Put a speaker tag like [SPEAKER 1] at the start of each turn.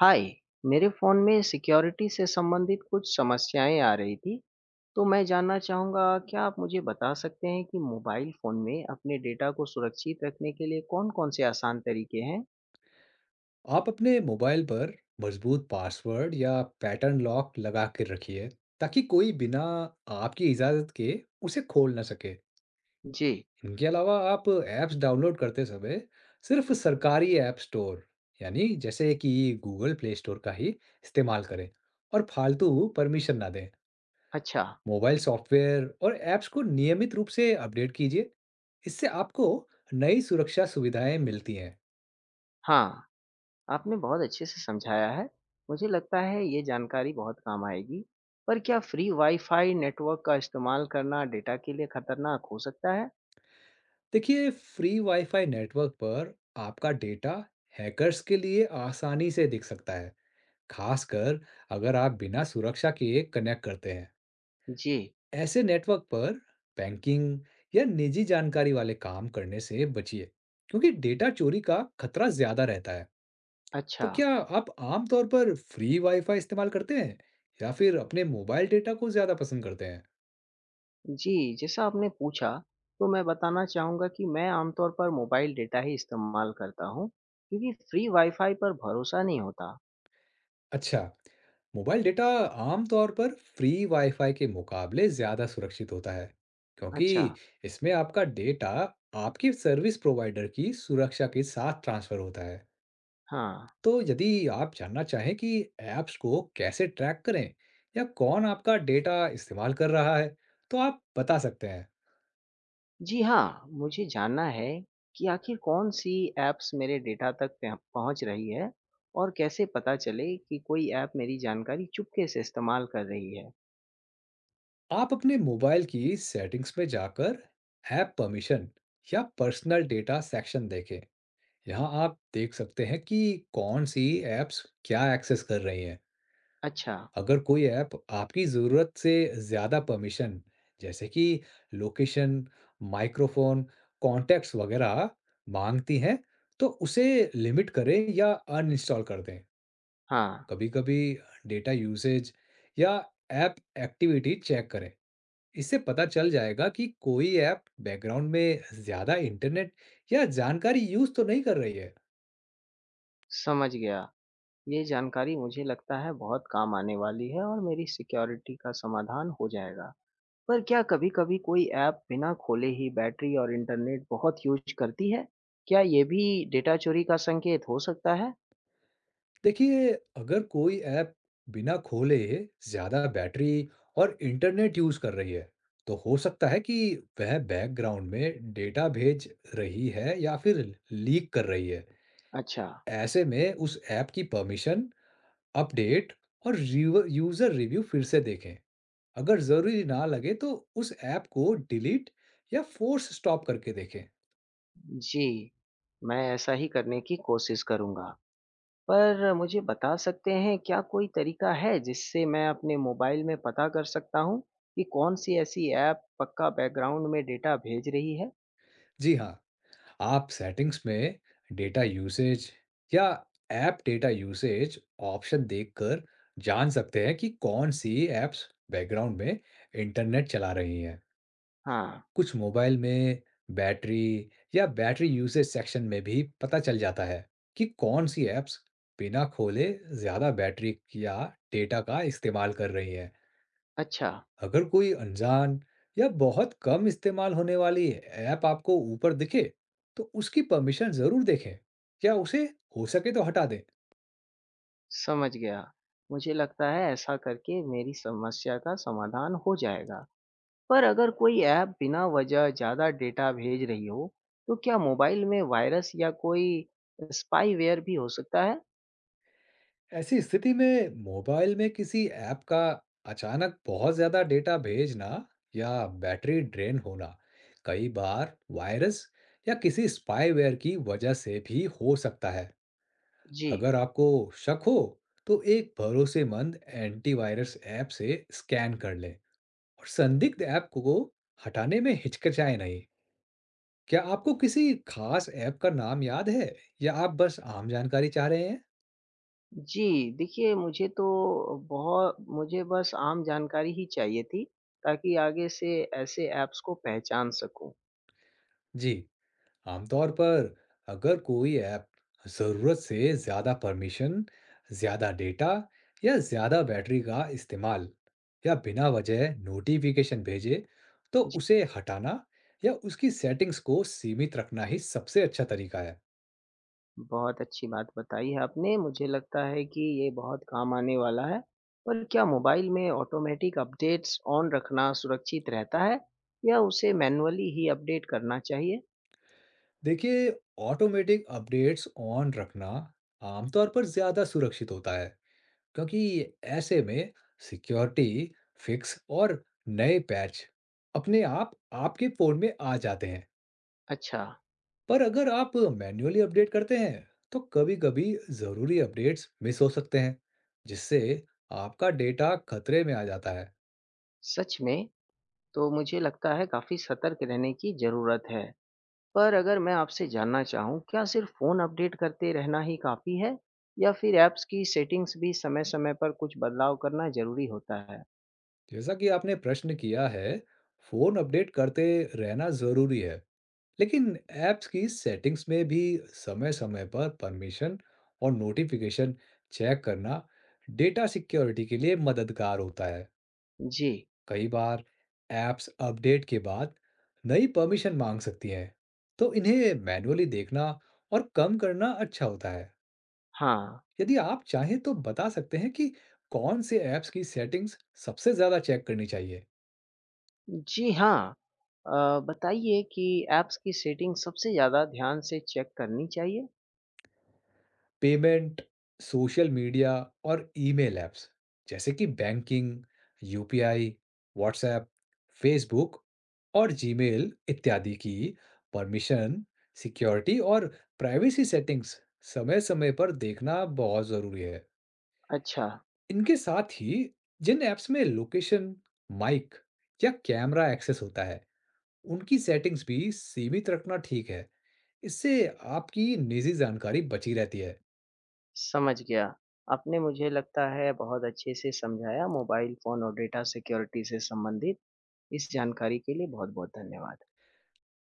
[SPEAKER 1] हाय। मेरे फ़ोन में सिक्योरिटी से संबंधित कुछ समस्याएं आ रही थी। तो मैं जानना चाहूँगा, क्या आप मुझे बता सकते हैं कि मोबाइल फ़ोन में अपने डेटा को सुरक्षित रखने के लिए कौन-कौन से आसान तरीके हैं?
[SPEAKER 2] आप अपने मोबाइल पर मजबूत पासवर्ड या पैटर्न लॉक लगा के रखिए, ताकि कोई बिना आपकी इजाज़त के उसे खोल ना सके।
[SPEAKER 1] जी।
[SPEAKER 2] इनके अलावा आप ऐप्स डाउनलोड करते समय सिर्फ सरकारी ऐप स्टोर, यानी जैसे कि गूगल प्ले स्टोर का ही इस्तेमाल करें, और फालतू परमिशन ना दें।
[SPEAKER 1] अच्छा।
[SPEAKER 2] मोबाइल सॉफ्टवेयर और ऐप्स को नियमित रूप से अपडेट कीजिए। इससे आपको नई सुरक्षा सुविधाएं मिलती हैं।
[SPEAKER 1] हाँ, आपने बहुत अच्छे से समझाया है। मुझे लगता है ये जानकारी बहुत काम आएगी। पर क्या फ्री वाईफाई नेटवर्क का इस्तेमाल करना डेटा के लिए खतरनाक हो सकता है?
[SPEAKER 2] देखिए, फ्री वाईफाई नेटवर्क पर आपका डेटा हैकर्स के लिए आसानी से दिख सकता है, खासकर अगर आप बिना सुरक्षा किए कनेक्ट करते हैं।
[SPEAKER 1] जी।
[SPEAKER 2] ऐसे नेटवर्क पर बैंकिंग या निजी जानकारी वाले काम करने से बचिए, क्योंकि डेटा चोरी का खतरा ज्यादा रहता है। तो
[SPEAKER 1] अच्छा।
[SPEAKER 2] क्या आप आमतौर पर फ्री वाईफाई इस्तेमाल करते हैं, या फिर अपने मोबाइल डेटा को ज्यादा पसंद करते हैं?
[SPEAKER 1] जी, जैसा आपने पूछा, तो मैं बताना चाहूँगा कि मैं आमतौर पर मोबाइल डेटा ही इस्तेमाल करता हूँ, क्योंकि फ्री वाई-फाई पर भरोसा नहीं होता।
[SPEAKER 2] अच्छा, मोबाइल डेटा आम तौर पर फ्री वाईफाई के मुकाबले ज़्यादा सुरक्षित होता है, क्योंकि
[SPEAKER 1] अच्छा।
[SPEAKER 2] इसमें आपका डेटा आपकी सर्विस प्रोवाइडर की सुरक्षा के साथ ट्रांसफ़र होता है।
[SPEAKER 1] हाँ।
[SPEAKER 2] तो यदि आप जानना चाहें कि ऐप्स को कैसे ट्रैक करें या कौन आपका डेटा इस्तेमाल कर रहा है, तो आप बता सकते हैं।
[SPEAKER 1] जी हाँ, मुझे जानना है कि आखिर कौन-सी ऐप्स मेरे डेटा तक पह पहुँच रही है, और कैसे पता चले कि कोई ऐप मेरी जानकारी चुपके से इस्तेमाल कर रही है?
[SPEAKER 2] आप अपने मोबाइल की सेटिंग्स में जाकर ऐप परमिशन या पर्सनल डेटा सेक्शन देखें। यहाँ आप देख सकते हैं कि कौन सी ऐप्स क्या एक्सेस कर रही हैं।
[SPEAKER 1] अच्छा।
[SPEAKER 2] अगर कोई ऐप आपकी ज़रूरत से ज़्यादा परमिशन, जैसे कि लोकेशन, माइक्रोफोन, कॉन्टैक्ट्स वगैरह मांगती है, तो उसे लिमिट करें या अनइंस्टॉल कर दें।
[SPEAKER 1] हाँ।
[SPEAKER 2] कभी-कभी डेटा यूसेज या ऐप एक्टिविटी चेक करें। इससे पता चल जाएगा कि कोई ऐप बैकग्राउंड में ज़्यादा इंटरनेट या जानकारी यूज़ तो नहीं कर रही है।
[SPEAKER 1] समझ गया। ये जानकारी मुझे लगता है बहुत काम आने वाली है, और मेरी सिक्योरिटी का समाधान हो जाएगा। पर क्या कभी-कभी कोई ऐप बिना खोले ही बैटरी और इंटरनेट बहुत यूज़ करती है? क्या ये भी डेटा चोरी का संकेत हो सकता है?
[SPEAKER 2] देखिए, अगर कोई ऐप बिना खोले ज़्यादा बैटरी और इंटरनेट यूज़ कर रही है, तो हो सकता है कि वह बैकग्राउंड में डेटा भेज रही है या फिर लीक कर रही है।
[SPEAKER 1] अच्छा।
[SPEAKER 2] ऐसे में उस ऐप की परमिशन, अपडेट और रिव यूज़र रिव्यू फिर से देखें। अगर ज़रूरी ना लगे तो उस ऐप को डिलीट या फ़ोर्स स्टॉप करके देखें।
[SPEAKER 1] जी, मैं ऐसा ही करने की कोशिश करूँगा। पर मुझे बता सकते हैं, क्या कोई तरीका है जिससे मैं अपने मोबाइल में पता कर सकता हूँ कि कौन-सी ऐसी ऐप पक्का बैकग्राउंड में डेटा भेज रही है?
[SPEAKER 2] जी हाँ, आप सेटिंग्स में डेटा यूसेज या ऐप डेटा यूसेज ऑप्शन देखकर जान सकते हैं कि कौन सी ऐप्स बैकग्राउंड में इंटरनेट चला रही हैं।
[SPEAKER 1] हाँ।
[SPEAKER 2] कुछ मोबाइल में बैटरी या बैटरी यूसेज सेक्शन में भी पता चल जाता है कि कौन सी ऐप्स बिना खोले ज़्यादा बैटरी या डेटा का इस्तेमाल कर रही हैं।
[SPEAKER 1] अच्छा।
[SPEAKER 2] अगर कोई अनजान या बहुत कम इस्तेमाल होने वाली ऐप आपको ऊपर दिखे, तो उसकी परमिशन जरूर देखें या उसे हो सके तो हटा दें।
[SPEAKER 1] समझ गया। मुझे लगता है ऐसा करके मेरी समस्या का समाधान हो जाएगा। पर अगर कोई ऐप बिना वजह ज़्यादा डेटा भेज रही हो, तो क्या मोबाइल में वायरस या कोई स्पाईवेयर भी हो सकता है?
[SPEAKER 2] ऐसी स्थिति में मोबाइल में किसी ऐप का अचानक बहुत ज़्यादा डेटा भेजना या बैटरी ड्रेन होना कई बार वायरस या किसी स्पाईवेयर की वजह से भी हो सकता है।
[SPEAKER 1] जी।
[SPEAKER 2] अगर आपको शक हो, तो एक भरोसेमंद एंटीवायरस ऐप से स्कैन कर लें, और संदिग्ध ऐप को हटाने में हिचकिचाए नहीं। क्या आपको किसी खास ऐप का नाम याद है, या आप बस आम जानकारी चाह रहे हैं?
[SPEAKER 1] जी, देखिए मुझे तो बहुत मुझे बस आम जानकारी ही चाहिए थी, ताकि आगे से ऐसे ऐप्स को पहचान सकूँ।
[SPEAKER 2] जी, आमतौर पर अगर कोई ऐप ज़रूरत से ज़्यादा परमिशन, ज़्यादा डेटा या ज़्यादा बैटरी का इस्तेमाल या बिना वजह नोटिफिकेशन भेजे, तो
[SPEAKER 1] जी,
[SPEAKER 2] उसे हटाना या उसकी सेटिंग्स को सीमित रखना ही सबसे अच्छा तरीका है।
[SPEAKER 1] बहुत अच्छी बात बताई है आपने, मुझे लगता है कि ये बहुत काम आने वाला है। पर क्या मोबाइल में ऑटोमैटिक अपडेट्स ऑन रखना सुरक्षित रहता है, या उसे मैन्युअली ही अपडेट करना चाहिए?
[SPEAKER 2] देखिए, ऑटोमेटिक अपडेट्स ऑन रखना आमतौर पर ज़्यादा सुरक्षित होता है, क्योंकि ऐसे में सिक्योरिटी फिक्स और नए पैच अपने आप आपके फ़ोन में आ जाते हैं।
[SPEAKER 1] अच्छा।
[SPEAKER 2] पर अगर आप मैन्युअली अपडेट करते हैं, तो कभी-कभी ज़रूरी अपडेट्स मिस हो सकते हैं, जिससे आपका डेटा खतरे में आ जाता है।
[SPEAKER 1] सच में? तो मुझे लगता है काफ़ी सतर्क रहने की ज़रूरत है। पर अगर मैं आपसे जानना चाहूँ, क्या सिर्फ़ फ़ोन अपडेट करते रहना ही काफ़ी है? या फिर ऐप्स की सेटिंग्स भी समय-समय पर कुछ बदलाव करना ज़रूरी होता है?
[SPEAKER 2] जैसा कि आपने प्रश्न किया है, फ़ोन अपडेट करते रहना ज़रूरी है, लेकिन ऐप्स की सेटिंग्स में भी समय समय पर परमिशन और नोटिफिकेशन चेक करना डेटा सिक्योरिटी के लिए मददगार होता है।
[SPEAKER 1] जी,
[SPEAKER 2] कई बार ऐप्स अपडेट के बाद नई परमिशन मांग सकती हैं, तो इन्हें मैन्युअली देखना और कम करना अच्छा होता है।
[SPEAKER 1] हाँ।
[SPEAKER 2] यदि आप चाहें तो बता सकते हैं कि कौन से ऐप्स की सेटिंग्स सबसे ज़्यादा चेक करनी चाहिए।
[SPEAKER 1] जी हाँ, अ, बताइए कि ऐप्स की सेटिंग सबसे ज़्यादा ध्यान से चेक करनी चाहिए?
[SPEAKER 2] पेमेंट, सोशल मीडिया और ईमेल ऐप्स, जैसे कि बैंकिंग, यूपीआई, व्हाट्सएप, फेसबुक और जीमेल इत्यादि की परमिशन, सिक्योरिटी और प्राइवेसी सेटिंग्स समय-समय पर देखना बहुत ज़रूरी है।
[SPEAKER 1] अच्छा।
[SPEAKER 2] इनके साथ ही जिन ऐप्स में लोकेशन, माइक या कैमरा एक्सेस होता है, उनकी सेटिंग्स भी सीमित रखना ठीक है। इससे आपकी निजी जानकारी बची रहती है।
[SPEAKER 1] समझ गया। आपने मुझे लगता है बहुत अच्छे से समझाया मोबाइल फ़ोन और डेटा सिक्योरिटी से संबंधित। इस जानकारी के लिए बहुत-बहुत धन्यवाद।